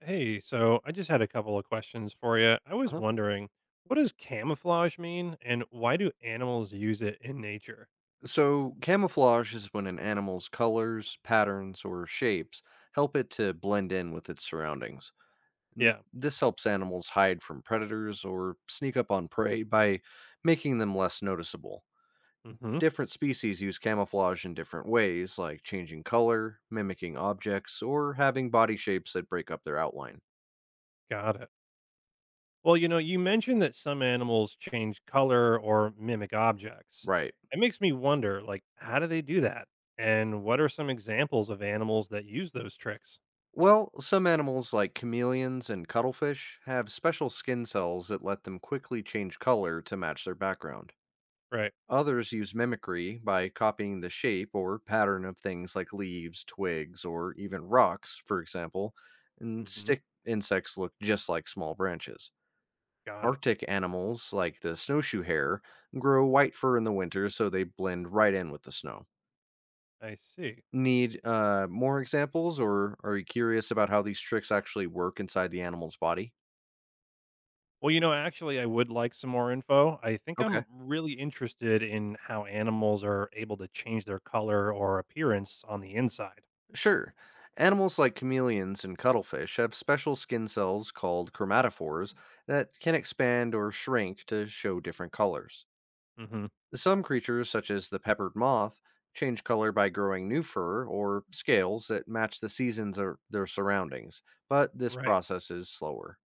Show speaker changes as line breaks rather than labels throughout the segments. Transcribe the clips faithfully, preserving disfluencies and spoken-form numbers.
Hey, so I just had a couple of questions for you. I was
Uh-huh.
wondering, what does camouflage mean and why do animals use it in nature?
So, camouflage is when an animal's colors, patterns, or shapes help it to blend in with its surroundings. And
Yeah.
This helps animals hide from predators or sneak up on prey by making them less noticeable.
Hmm.
Different species use camouflage in different ways, like changing color, mimicking objects, or having body shapes that break up their outline.
Got it. Well, you know, you mentioned that some animals change color or mimic objects.
Right.
It makes me wonder, like, how do they do that? And what are some examples of animals that use those tricks?
Well, some animals like chameleons and cuttlefish have special skin cells that let them quickly change color to match their background.
Right.
Others use mimicry by copying the shape or pattern of things like leaves, twigs, or even rocks, for example, and
Hmm.
stick insects look just like small branches.
Got it.
Arctic animals like the snowshoe hare grow white fur in the winter so they blend right in with the snow.
I see.
Need uh, more examples, or are you curious about how these tricks actually work inside the animal's body?
Well, you know, actually, I would like some more info. I think
Okay.
I'm really interested in how animals are able to change their color or appearance on the inside.
Sure. Animals like chameleons and cuttlefish have special skin cells called chromatophores that can expand or shrink to show different colors.
Hmm.
Some creatures, such as the peppered moth, change color by growing new fur or scales that match the seasons or their surroundings, but this
Right.
process is slower.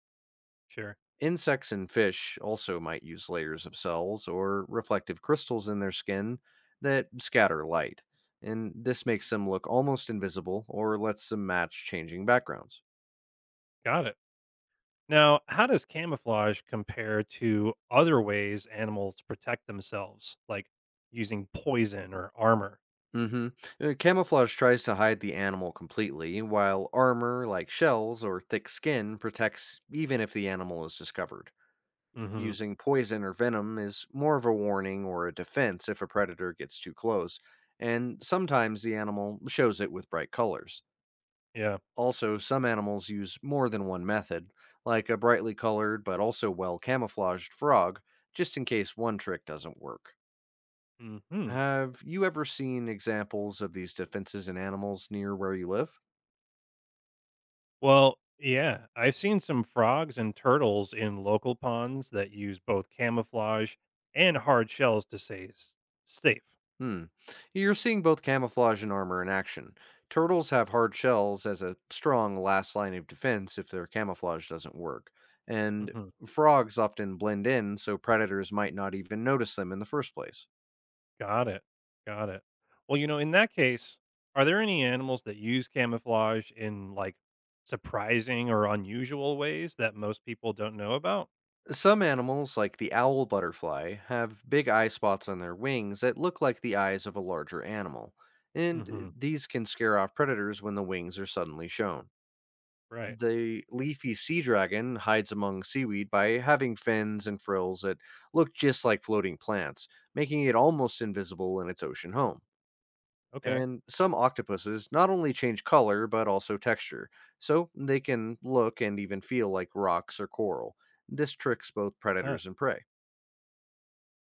Sure.
Insects and fish also might use layers of cells or reflective crystals in their skin that scatter light, and this makes them look almost invisible or lets them match changing backgrounds.
Got it. Now, how does camouflage compare to other ways animals protect themselves, like using poison or armor?
hmm Camouflage tries to hide the animal completely, while armor like shells or thick skin protects even if the animal is discovered.
Hmm.
Using poison or venom is more of a warning or a defense if a predator gets too close, and sometimes the animal shows it with bright colors.
Yeah.
Also, some animals use more than one method, like a brightly colored but also well camouflaged frog, just in case one trick doesn't work.
Hmm.
Have you ever seen examples of these defenses in animals near where you live?
Well, yeah, I've seen some frogs and turtles in local ponds that use both camouflage and hard shells to stay s- safe.
Hmm. You're seeing both camouflage and armor in action. Turtles have hard shells as a strong last line of defense if their camouflage doesn't work, and
Hmm.
frogs often blend in so predators might not even notice them in the first place.
Got it. Got it. Well, you know, in that case, are there any animals that use camouflage in like surprising or unusual ways that most people don't know about?
Some animals, like the owl butterfly, have big eye spots on their wings that look like the eyes of a larger animal, and uh,
Hmm.
these can scare off predators when the wings are suddenly shown.
Right.
The leafy sea dragon hides among seaweed by having fins and frills that look just like floating plants, making it almost invisible in its ocean home.
Okay.
And some octopuses not only change color but also texture, so they can look and even feel like rocks or coral. This tricks both
Huh.
predators and prey.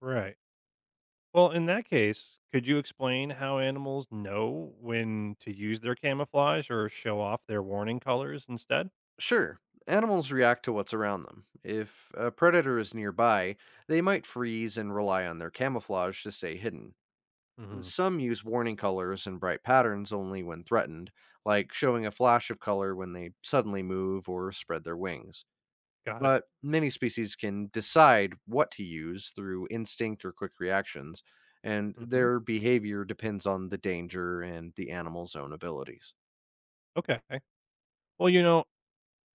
Right. Well, in that case, could you explain how animals know when to use their camouflage or show off their warning colors instead?
Sure, animals react to what's around them. If a predator is nearby, they might freeze and rely on their camouflage to stay hidden.
Hmm.
Some use warning colors and bright patterns only when threatened, like showing a flash of color when they suddenly move or spread their wings.
Got it.
But many species can decide what to use through instinct or quick reactions, and
Hmm.
their behavior depends on the danger and the animal's own abilities.
Okay. Well, you know,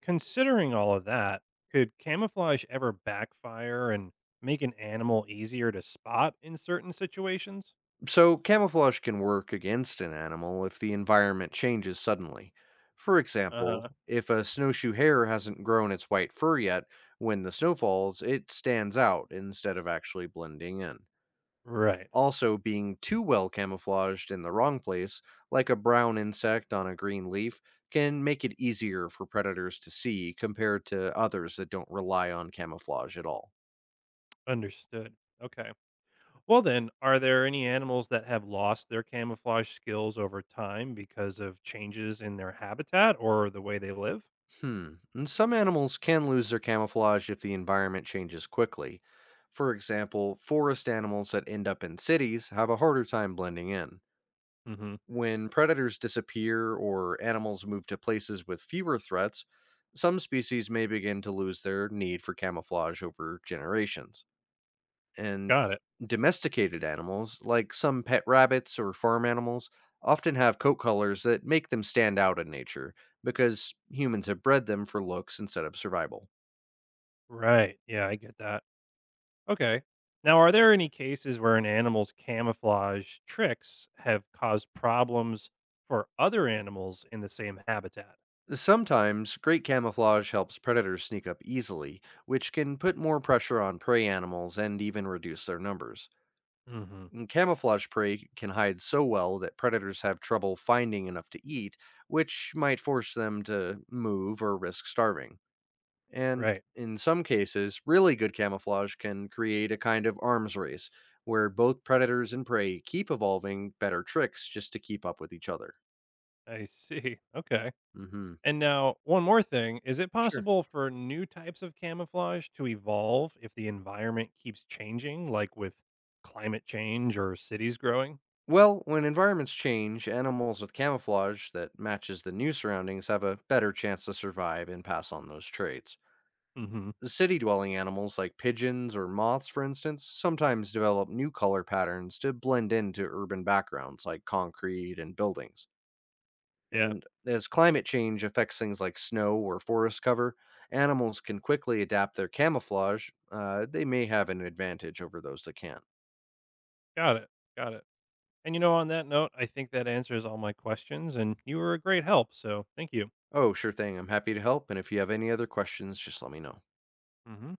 considering all of that, could camouflage ever backfire and make an animal easier to spot in certain situations?
So, camouflage can work against an animal if the environment changes suddenly. For
Uh
example,
huh.
if a snowshoe hare hasn't grown its white fur yet, when the snow falls, it stands out instead of actually blending in.
Right.
Also, being too well camouflaged in the wrong place, like a brown insect on a green leaf, can make it easier for predators to see compared to others that don't rely on camouflage at all.
Understood. Okay. Well, then, are there any animals that have lost their camouflage skills over time because of changes in their habitat or the way they live?
Hmm. And some animals can lose their camouflage if the environment changes quickly. For example, forest animals that end up in cities have a harder time blending in.
Mhm.
When predators disappear or animals move to places with fewer threats, some species may begin to lose their need for camouflage over generations, and
Got it.
domesticated animals, like some pet rabbits or farm animals, often have coat colors that make them stand out in nature because humans have bred them for looks instead of survival.
Right. Yeah, I get that. Okay. Now, are there any cases where an animal's camouflage tricks have caused problems for other animals in the same habitat?
Sometimes, great camouflage helps predators sneak up easily, which can put more pressure on prey animals and even reduce their numbers.
Hmm.
And camouflage prey can hide so well that predators have trouble finding enough to eat, which might force them to move or risk starving. And
Right.
in some cases, really good camouflage can create a kind of arms race where both predators and prey keep evolving better tricks just to keep up with each other.
I see. Okay.
hmm
And now, one more thing, is it
Sure.
possible for new types of camouflage to evolve if the environment keeps changing, like with climate change or cities growing?
Well, when environments change, animals with camouflage that matches the new surroundings have a better chance to survive and pass on those traits.
Hmm.
The city dwelling animals like pigeons or moths, for instance, sometimes develop new color patterns to blend into urban backgrounds like concrete and buildings.
Yeah.
And as climate change affects things like snow or forest cover, animals can quickly adapt their camouflage. Uh, they may have an advantage over those that can't.
Got it. Got it. And you know, on that note, I think that answers all my questions, and you were a great help. So thank you.
Oh, sure thing. I'm happy to help. And if you have any other questions, just let me know.
Hmm.